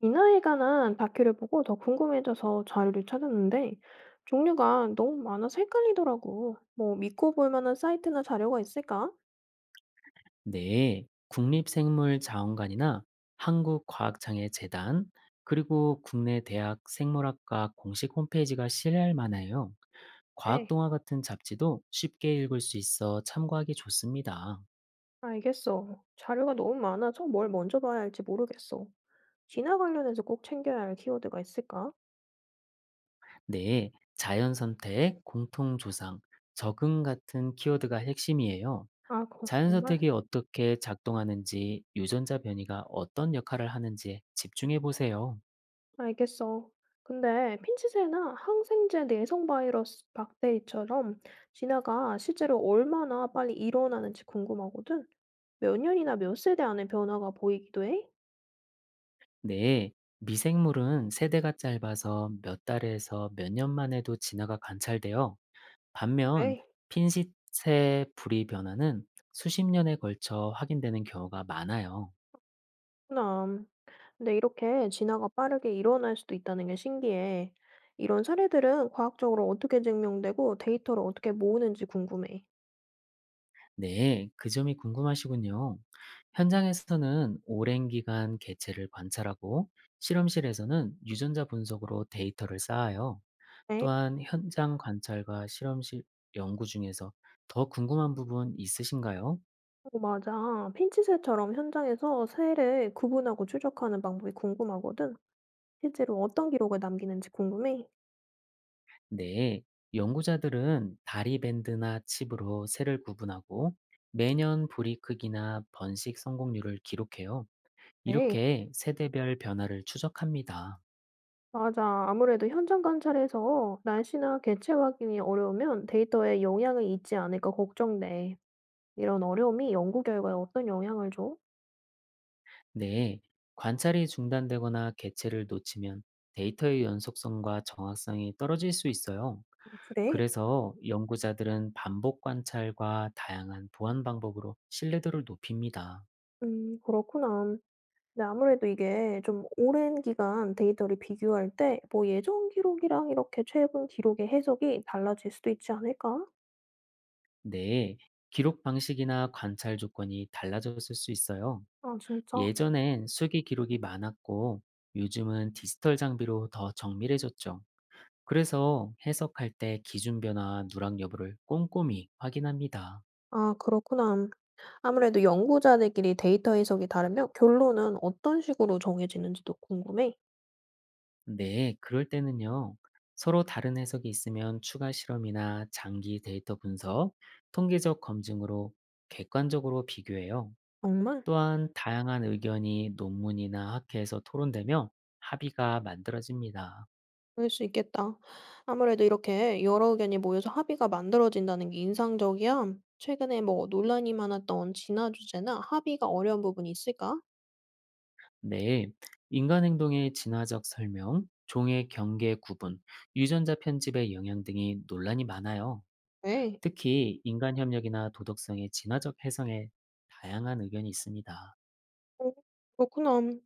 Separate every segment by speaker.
Speaker 1: 이나에 관한 다큐를 보고 더 궁금해져서 자료를 찾았는데 종류가 너무 많아서 헷갈리더라고. 뭐 믿고 볼 만한 사이트나 자료가 있을까?
Speaker 2: 네, 국립생물자원관이나 한국과학장애재단, 그리고 국내 대학 생물학과 공식 홈페이지가 신뢰할 만해요.
Speaker 1: 에이,
Speaker 2: 과학동화 같은 잡지도 쉽게 읽을 수 있어 참고하기 좋습니다.
Speaker 1: 알겠어. 자료가 너무 많아서 뭘 먼저 봐야 할지 모르겠어. 진화 관련해서 꼭 챙겨야 할 키워드가 있을까?
Speaker 2: 네, 자연선택, 공통조상, 적응 같은 키워드가 핵심이에요.
Speaker 1: 아, 그거 정말?
Speaker 2: 자연선택이 어떻게 작동하는지, 유전자 변이가 어떤 역할을 하는지 집중해 보세요.
Speaker 1: 알겠어. 근데 핀치세나 항생제 내성 바이러스 박테리처럼 진화가 실제로 얼마나 빨리 일어나는지 궁금하거든. 몇 년이나 몇 세대 안에 변화가 보이기도 해?
Speaker 2: 네, 미생물은 세대가 짧아서 몇 달에서 몇 년만 에도 진화가 관찰돼요. 반면
Speaker 1: 그래?
Speaker 2: 핀싯의 불이 변화는 수십 년에 걸쳐 확인되는 경우가 많아요.
Speaker 1: 그렇구나. 근데 이렇게 진화가 빠르게 일어날 수도 있다는 게 신기해. 이런 사례들은 과학적으로 어떻게 증명되고 데이터를 어떻게 모으는지 궁금해.
Speaker 2: 네, 그 점이 궁금하시군요. 현장에서는 오랜 기간 개체를 관찰하고 실험실에서는 유전자 분석으로 데이터를 쌓아요.
Speaker 1: 네,
Speaker 2: 또한 현장 관찰과 실험실 연구 중에서 더 궁금한 부분 있으신가요?
Speaker 1: 어, 맞아. 핀치셋처럼 현장에서 새를 구분하고 추적하는 방법이 궁금하거든. 실제로 어떤 기록을 남기는지 궁금해.
Speaker 2: 네, 연구자들은 다리 밴드나 칩으로 새를 구분하고 매년 부리 크기나 번식 성공률을 기록해요.
Speaker 1: 네,
Speaker 2: 이렇게 세대별 변화를 추적합니다.
Speaker 1: 맞아. 아무래도 현장 관찰에서 날씨나 개체 확인이 어려우면 데이터에 영향을 잊지 않을까 걱정돼. 이런 어려움이 연구 결과에 어떤 영향을 줘?
Speaker 2: 네, 관찰이 중단되거나 개체를 놓치면 데이터의 연속성과 정확성이 떨어질 수 있어요.
Speaker 1: 아, 그래.
Speaker 2: 그래서 연구자들은 반복 관찰과 다양한 보안 방법으로 신뢰도를 높입니다.
Speaker 1: 그렇구나. 근데 아무래도 이게 좀 오랜 기간 데이터를 비교할 때 뭐 예전 기록이랑 이렇게 최근 기록의 해석이 달라질 수도 있지 않을까?
Speaker 2: 네, 기록 방식이나 관찰 조건이 달라졌을 수 있어요.
Speaker 1: 아 진짜?
Speaker 2: 예전엔 수기 기록이 많았고 요즘은 디지털 장비로 더 정밀해졌죠. 그래서 해석할 때 기준 변화와 누락 여부를 꼼꼼히 확인합니다.
Speaker 1: 아 그렇구나. 아무래도 연구자들끼리 데이터 해석이 다르면 결론은 어떤 식으로 정해지는지도 궁금해.
Speaker 2: 네, 그럴 때는요. 서로 다른 해석이 있으면 추가 실험이나 장기 데이터 분석, 통계적 검증으로 객관적으로 비교해요.
Speaker 1: 정말?
Speaker 2: 또한 다양한 의견이 논문이나 학회에서 토론되며 합의가 만들어집니다.
Speaker 1: 그럴 수 있겠다. 아무래도 이렇게 여러 의견이 모여서 합의가 만들어진다는 게 인상적이야. 최근에 뭐 논란이 많았던 진화 주제나 합의가 어려운 부분이 있을까?
Speaker 2: 네, 인간 행동의 진화적 설명, 종의 경계 구분, 유전자 편집의 영향 등이 논란이 많아요.
Speaker 1: 네.
Speaker 2: 특히 인간 협력이나 도덕성의 진화적 해석에 다양한 의견이 있습니다.
Speaker 1: 어 그렇구나. 근데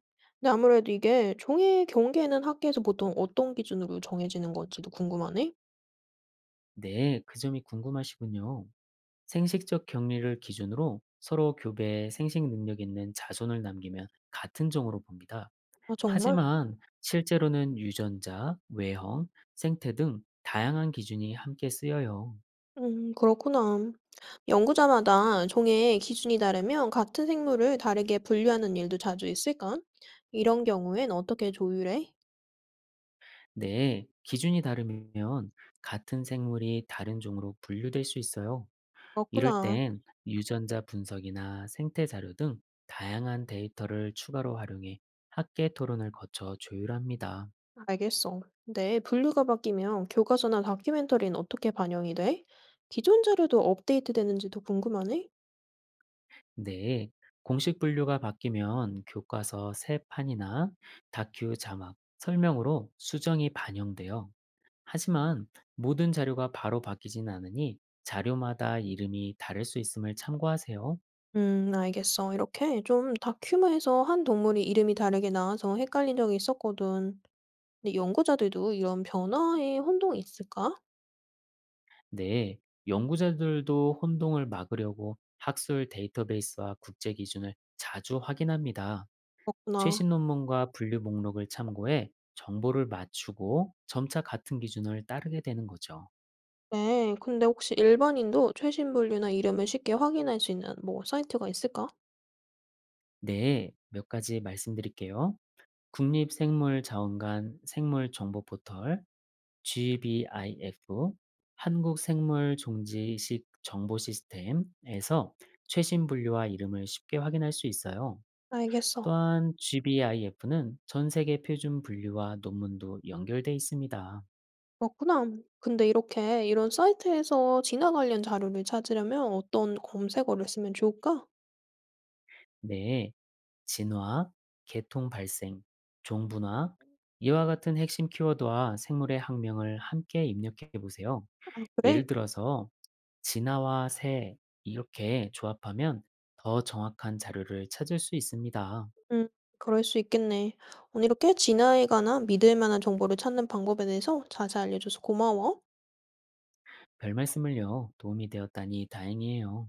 Speaker 1: 아무래도 이게 종의 경계는 학교에서 보통 어떤 기준으로 정해지는 건지도 궁금하네.
Speaker 2: 네, 그 점이 궁금하시군요. 생식적 격리를 기준으로 서로 교배에 생식 능력 있는 자손을 남기면 같은 종으로 봅니다.
Speaker 1: 아 정말?
Speaker 2: 하지만 실제로는 유전자, 외형, 생태 등 다양한 기준이 함께 쓰여요.
Speaker 1: 그렇구나. 연구자마다 종의 기준이 다르면 같은 생물을 다르게 분류하는 일도 자주 있을까? 이런 경우엔 어떻게 조율해?
Speaker 2: 네, 기준이 다르면 같은 생물이 다른 종으로 분류될 수 있어요. 이럴
Speaker 1: 그렇구나.
Speaker 2: 땐 유전자 분석이나 생태 자료 등 다양한 데이터를 추가로 활용해 학계 토론을 거쳐 조율합니다.
Speaker 1: 알겠어. 근데 분류가 바뀌면 교과서나 다큐멘터리는 어떻게 반영이 돼? 기존 자료도 업데이트 되는지도 궁금하네.
Speaker 2: 네, 공식 분류가 바뀌면 교과서 새 판이나 다큐 자막, 설명으로 수정이 반영돼요. 하지만 모든 자료가 바로 바뀌진 않으니 자료마다 이름이 다를 수 있음을 참고하세요.
Speaker 1: 알겠어. 이렇게 좀 다큐에서 한 동물이 이름이 다르게 나와서 헷갈린 적이 있었거든. 근데 연구자들도 이런 변화에 혼동이 있을까?
Speaker 2: 네, 연구자들도 혼동을 막으려고 학술 데이터베이스와 국제 기준을 자주 확인합니다.
Speaker 1: 그렇구나.
Speaker 2: 최신 논문과 분류 목록을 참고해 정보를 맞추고 점차 같은 기준을 따르게 되는 거죠.
Speaker 1: 네. 근데 혹시 일반인도 최신 분류나 이름을 쉽게 확인할 수 있는 뭐 사이트가 있을까?
Speaker 2: 네, 몇 가지 말씀드릴게요. 국립생물자원관 생물정보포털 GBIF 한국생물종지식 정보시스템에서 최신 분류와 이름을 쉽게 확인할 수 있어요.
Speaker 1: 알겠어.
Speaker 2: 또한 GBIF는 전 세계 표준 분류와 논문도 연결돼 있습니다.
Speaker 1: 그렇구나. 근데 이렇게 이런 사이트에서 진화 관련 자료를 찾으려면 어떤 검색어를 쓰면 좋을까?
Speaker 2: 네, 진화, 계통 발생, 종분화, 이와 같은 핵심 키워드와 생물의 학명을 함께 입력해 보세요.
Speaker 1: 아, 그래?
Speaker 2: 예를 들어서 진화와 새 이렇게 조합하면 더 정확한 자료를 찾을 수 있습니다.
Speaker 1: 음, 그럴 수 있겠네. 오늘 이렇게 지나에 관한 믿을 만한 정보를 찾는 방법에 대해서 자세히 알려줘서 고마워.
Speaker 2: 별 말씀을요. 도움이 되었다니 다행이에요.